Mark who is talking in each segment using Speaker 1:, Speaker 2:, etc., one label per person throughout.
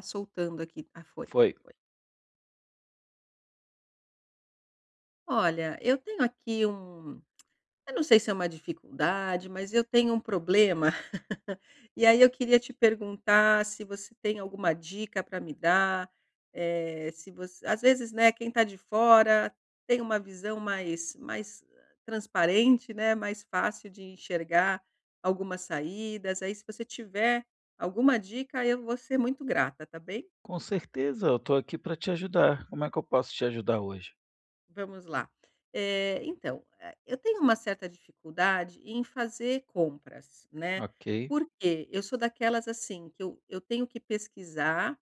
Speaker 1: Tá soltando aqui. Ah, foi.
Speaker 2: Foi.
Speaker 1: Foi. Olha, eu tenho aqui eu não sei se é uma dificuldade, mas eu tenho um problema. E aí eu queria te perguntar se você tem alguma dica para me dar, se você às vezes, né, quem está de fora tem uma visão mais transparente, né, mais fácil de enxergar algumas saídas. Aí se você tiver alguma dica, eu vou ser muito grata, tá bem?
Speaker 2: Com certeza, eu estou aqui para te ajudar. Como é que eu posso te ajudar hoje?
Speaker 1: Vamos lá. Então, eu tenho uma certa dificuldade em fazer compras, né,
Speaker 2: Ok.
Speaker 1: porque eu sou daquelas, assim, que eu tenho que pesquisar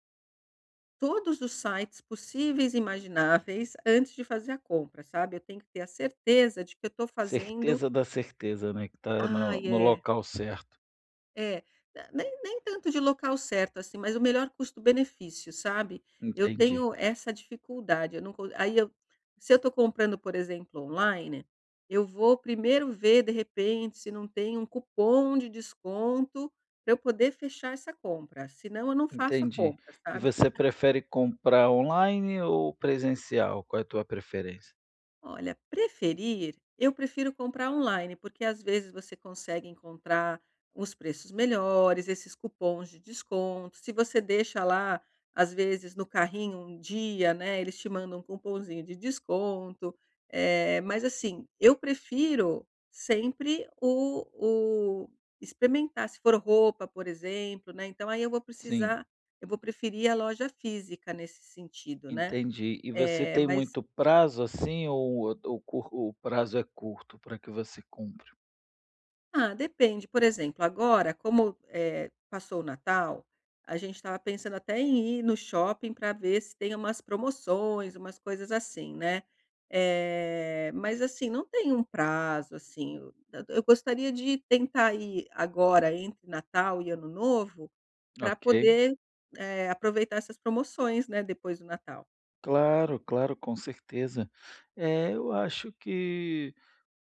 Speaker 1: todos os sites possíveis e imagináveis antes de fazer a compra, sabe. Eu tenho que ter a certeza de que eu tô fazendo.
Speaker 2: Certeza da certeza, né? Que está
Speaker 1: Ah,
Speaker 2: no
Speaker 1: é.
Speaker 2: local certo.
Speaker 1: É, na nem nem tanto de local certo, assim, mas o melhor custo-benefício, sabe. Eu
Speaker 2: Entendi,
Speaker 1: tenho essa dificuldade, eu não co aí eu, se eu estou comprando, por exemplo, online, eu vou primeiro ver, de repente, se não tem um cupom de desconto para eu poder fechar essa compra, senão eu não faço a
Speaker 2: entendi.
Speaker 1: compra,
Speaker 2: E
Speaker 1: sabe.
Speaker 2: você prefere comprar online ou presencial? Qual é a tua preferência?
Speaker 1: Olha, preferir, eu prefiro comprar online, porque às vezes você consegue encontrar os preços melhores, esses cupons de desconto. Se você deixa lá, às vezes, no carrinho um dia, né? Eles te mandam um cupomzinho de desconto. Mas assim, eu prefiro sempre o experimentar. Se for roupa, por exemplo, né? Então aí
Speaker 2: Sim,
Speaker 1: eu vou preferir a loja física nesse sentido, né?
Speaker 2: entendi. E você
Speaker 1: Eh,
Speaker 2: tem
Speaker 1: mas
Speaker 2: muito prazo assim ou o prazo é curto para que você cumpra?
Speaker 1: Ah, depende. Por exemplo, agora, como, passou o Natal, a gente estava pensando até em ir no shopping para ver se tem umas promoções, umas coisas assim, né. Mas assim, não tem um prazo, assim, eu gostaria de tentar ir agora entre Natal e Ano Novo para
Speaker 2: Ok.
Speaker 1: poder, aproveitar essas promoções, né, depois do Natal.
Speaker 2: Claro, claro, com certeza. É, eu acho que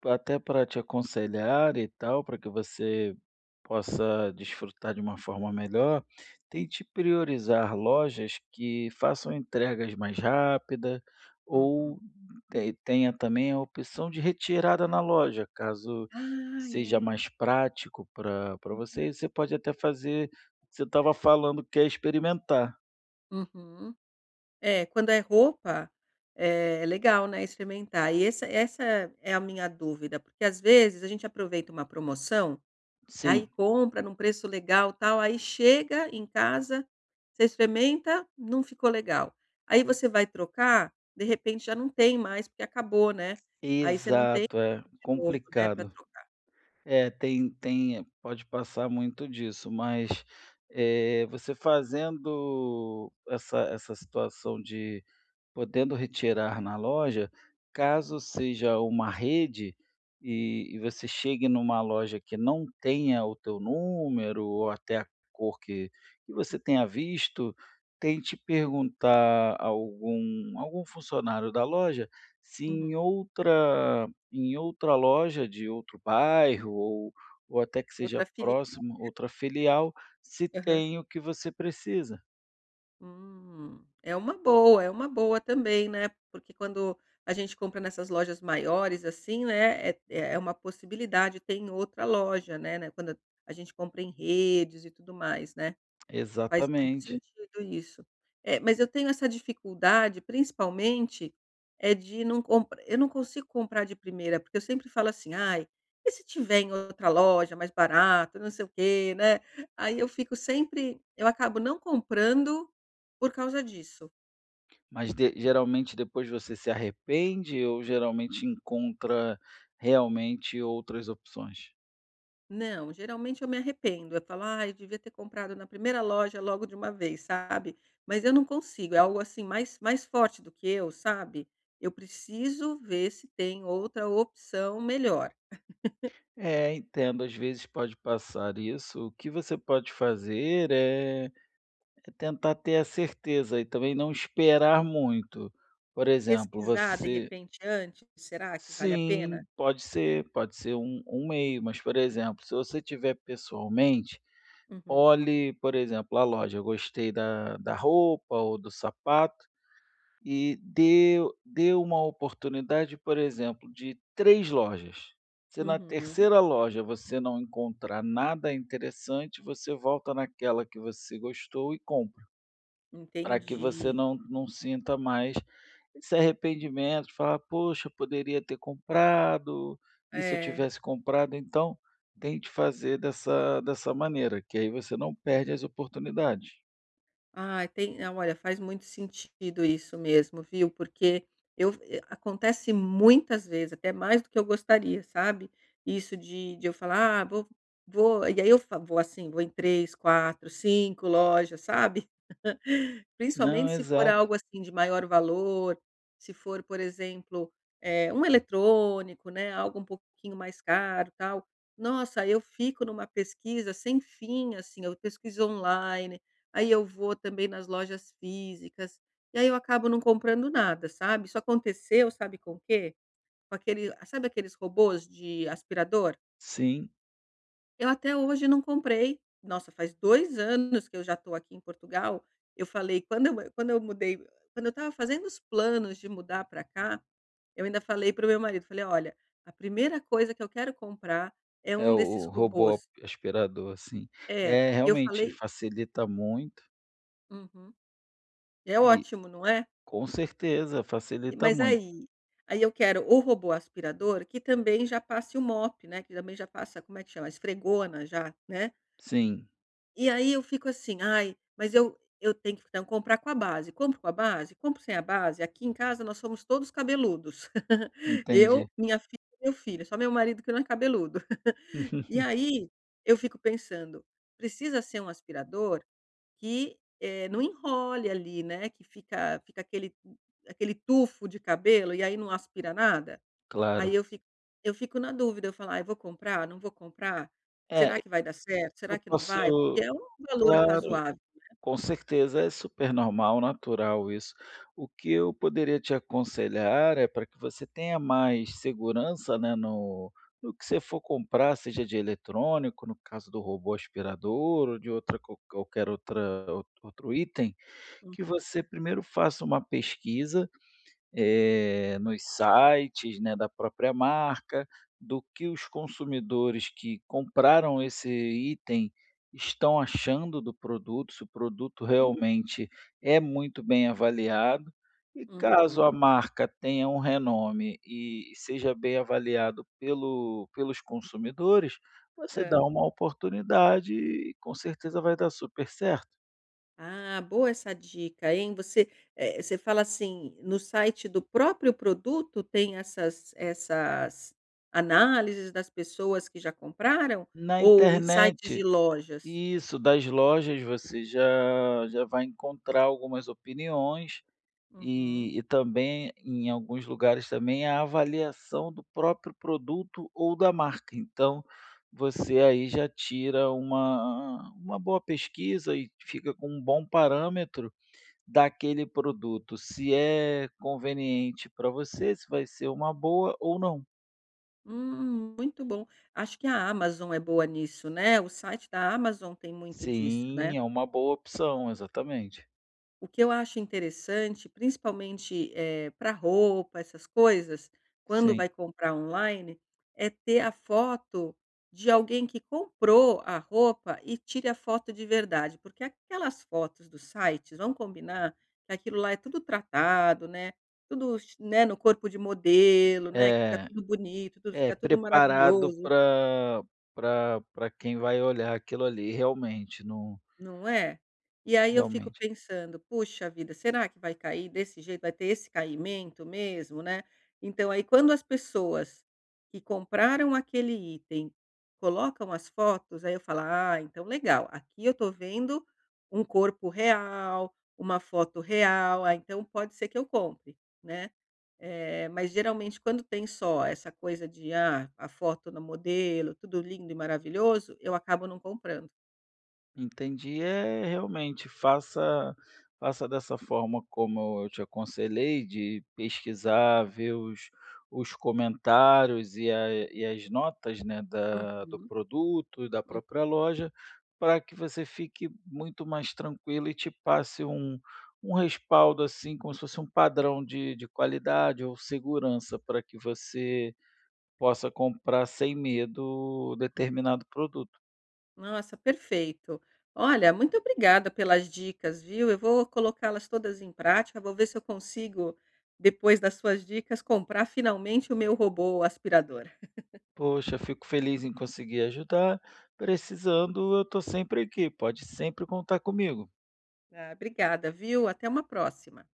Speaker 2: até para te aconselhar e tal, para que você possa desfrutar de uma forma melhor, tente priorizar lojas que façam entregas mais rápidas
Speaker 1: Uhum.
Speaker 2: ou tenha também a opção de retirada na loja, caso
Speaker 1: Ai,
Speaker 2: seja
Speaker 1: é.
Speaker 2: mais prático para você. E você pode até fazer o que você estava falando, que é experimentar.
Speaker 1: Uhum. É, quando é roupa, é legal, né, experimentar. E essa é a minha dúvida, porque às vezes a gente aproveita uma promoção, aí
Speaker 2: Sim,
Speaker 1: compra num preço legal, tal, aí chega em casa, você experimenta, não ficou legal. Aí você vai trocar, de repente já não tem mais, porque acabou, né. Aí você não tem
Speaker 2: exato, é
Speaker 1: de novo, né, para
Speaker 2: complicado.
Speaker 1: trocar.
Speaker 2: É, tem pode passar muito disso, mas, você fazendo essa situação de podendo retirar na loja, caso
Speaker 1: Uhum,
Speaker 2: seja uma rede e e você chegue numa loja que não tenha o teu número ou até a cor que você tenha visto, tente perguntar a algum funcionário da loja se
Speaker 1: uhum.
Speaker 2: em outra em outra loja de outro bairro ou até que seja
Speaker 1: Outra filha.
Speaker 2: próximo, outra filial, se tem o que você precisa.
Speaker 1: É uma boa também, né, porque quando a gente compra nessas lojas maiores, assim, né, é uma possibilidade, tem outra loja, né, quando a gente compra em redes e tudo mais, né. Faz muito
Speaker 2: Exatamente.
Speaker 1: sentido isso. É, mas eu tenho essa dificuldade, principalmente, é de não compra eu não consigo comprar de primeira, porque eu sempre falo assim: "Ai, e se tiver em outra loja mais barato, não sei o quê", né. Aí eu fico sempre eu acabo não comprando por causa disso.
Speaker 2: Mas de geralmente depois você se arrepende ou geralmente encontra realmente outras opções?
Speaker 1: Não, geralmente eu me arrependo. Eu falo: "Ai, devia ter comprado na primeira loja logo de uma vez", sabe. Mas eu não consigo, é algo assim mais forte do que eu, sabe. Eu preciso ver se tem outra opção melhor.
Speaker 2: É, entendo, às vezes pode passar isso. O que você pode fazer é é tentar ter a certeza e também não esperar muito. Por exemplo,
Speaker 1: Pesquisar, de
Speaker 2: você
Speaker 1: repente, antes, será que vale a pena?
Speaker 2: sim, pode ser um meio, mas, por exemplo, se você tiver pessoalmente,
Speaker 1: Uhum,
Speaker 2: olhe, por exemplo, a loja, eu gostei da roupa ou do sapato e deu uma oportunidade, por exemplo, de 3 lojas. Se na
Speaker 1: uhum,
Speaker 2: terceira loja você não encontrar nada interessante, você volta naquela que você gostou e compra, para que você
Speaker 1: entendi.
Speaker 2: não sinta mais esse arrependimento, falar: "Poxa, poderia ter comprado, e se eu
Speaker 1: É.
Speaker 2: tivesse comprado?". Então, tente fazer dessa maneira, que aí você não perde as oportunidades.
Speaker 1: Ah, tem não, olha, faz muito sentido isso mesmo, viu, porque acontece muitas vezes, até mais do que eu gostaria, sabe, isso de eu falar: "Ah, vou" e aí eu fa vou assim, vou em 3, 4, 5 lojas, sabe.
Speaker 2: Não,
Speaker 1: Principalmente se for
Speaker 2: exato.
Speaker 1: algo, assim, de maior valor, se for, por exemplo, um eletrônico, né, algo um pouquinho mais caro, tal. Nossa, eu fico numa pesquisa sem fim, assim, eu pesquiso online, aí eu vou também nas lojas físicas, e aí eu acabo não comprando nada, sabe. Isso aconteceu, sabe com o quê? Com aquele sabe, aqueles robôs de aspirador?
Speaker 2: Sim.
Speaker 1: Eu até hoje não comprei. Nossa, faz 2 anos que eu já estou aqui em Portugal. Eu falei quando eu estava fazendo os planos de mudar para cá, eu ainda falei para o meu marido, falei: "Olha, a primeira coisa que eu quero comprar é
Speaker 2: É
Speaker 1: um desses
Speaker 2: o robô
Speaker 1: robôs".
Speaker 2: aspirador, assim.
Speaker 1: É,
Speaker 2: É,
Speaker 1: eu
Speaker 2: realmente,
Speaker 1: falei.
Speaker 2: facilita muito
Speaker 1: Uhum. É
Speaker 2: e
Speaker 1: ótimo, não é?
Speaker 2: com certeza, facilita
Speaker 1: Mas
Speaker 2: muito.
Speaker 1: aí eu quero o robô aspirador que também já passe o mop, né, que também já passa, como é que chama? Esfregona já, né.
Speaker 2: Sim,
Speaker 1: E aí eu fico assim: "Ai, mas eu tenho que então comprar com a base. Compro com a base? Compro sem a base?". Aqui em casa nós somos todos cabeludos. Eu,
Speaker 2: entendi.
Speaker 1: minha filha e meu filho, só meu marido que não é cabeludo. E aí eu fico pensando: precisa ser um aspirador que, não enrole ali, né, que fica aquele tufo de cabelo e aí não aspira nada?
Speaker 2: Claro.
Speaker 1: Aí eu fico na dúvida, eu falo: "Ai, vou comprar? Não vou comprar?
Speaker 2: É,
Speaker 1: Será que vai dar certo? Será
Speaker 2: eu
Speaker 1: que não
Speaker 2: posso
Speaker 1: vai?". Porque é um valor
Speaker 2: claro,
Speaker 1: razoável.
Speaker 2: com certeza, é super normal, natural isso. O que eu poderia te aconselhar é para que você tenha mais segurança, né, no no que você for comprar, seja de eletrônico, no caso do robô aspirador ou de outra qualquer outra outro item, que
Speaker 1: Uhum.
Speaker 2: você primeiro faça uma pesquisa, nos sites, né, da própria marca, do que os consumidores que compraram esse item estão achando do produto, se o produto realmente é muito bem avaliado. E caso
Speaker 1: Uhum.
Speaker 2: a marca tenha um renome e seja bem avaliado pelos consumidores, você dá
Speaker 1: Hã.
Speaker 2: uma oportunidade e com certeza vai dar super certo.
Speaker 1: Ah, boa essa dica, hein. Você fala assim, no site do próprio produto tem essas análises das pessoas que já compraram,
Speaker 2: Na
Speaker 1: ou em sites de
Speaker 2: internet?
Speaker 1: lojas?
Speaker 2: Isso, das lojas você já vai encontrar algumas opiniões
Speaker 1: Uhum.
Speaker 2: e também, em alguns lugares também, a avaliação do próprio produto ou da marca. Então, você aí já tira uma boa pesquisa e fica com um bom parâmetro daquele produto, se é conveniente para você, se vai ser uma boa ou não.
Speaker 1: Muito bom. Acho que a Amazon é boa nisso, né. O site da Amazon tem muito disso, né.
Speaker 2: Sim, é uma boa opção, exatamente.
Speaker 1: O que eu acho interessante, principalmente, para roupa, essas coisas, quando
Speaker 2: Sim.
Speaker 1: vai comprar online, é ter a foto de alguém que comprou a roupa e tire a foto de verdade, porque aquelas fotos dos sites, vamos combinar que aquilo lá é tudo tratado, né, tudo, né, no corpo de modelo, né, que fica
Speaker 2: É.
Speaker 1: tudo bonito, tudo
Speaker 2: É,
Speaker 1: fica tudo
Speaker 2: preparado
Speaker 1: maravilhoso.
Speaker 2: para quem vai olhar aquilo ali, realmente, não,
Speaker 1: Não é? E aí eu fico
Speaker 2: realmente.
Speaker 1: pensando: "Puxa vida, será que vai cair desse jeito? Vai ter esse caimento mesmo, né?". Então aí quando as pessoas que compraram aquele item colocam as fotos, aí eu falo: "Ah, então legal, aqui eu tô vendo um corpo real, uma foto real, ah, então pode ser que eu compre", né. Mas geralmente quando tem só essa coisa de, ah, a foto no modelo, tudo lindo e maravilhoso, eu acabo não comprando.
Speaker 2: Entendi. É, realmente, faça dessa forma como eu te aconselhei, de pesquisar, ver os comentários e a e as notas, né, da do
Speaker 1: Uhum.
Speaker 2: produto, da própria loja, para que você fique muito mais tranquilo e te passe um um respaldo, assim, como se fosse um padrão de qualidade ou segurança, para que você possa comprar sem medo determinado produto.
Speaker 1: Nossa, perfeito. Olha, muito obrigada pelas dicas, viu? Eu vou colocá-las todas em prática, vou ver se eu consigo, depois das suas dicas, comprar finalmente o meu robô aspirador.
Speaker 2: Poxa, fico feliz em conseguir ajudar. Precisando, eu estou sempre aqui. Pode sempre contar comigo.
Speaker 1: Ah, obrigada, viu? Até uma próxima.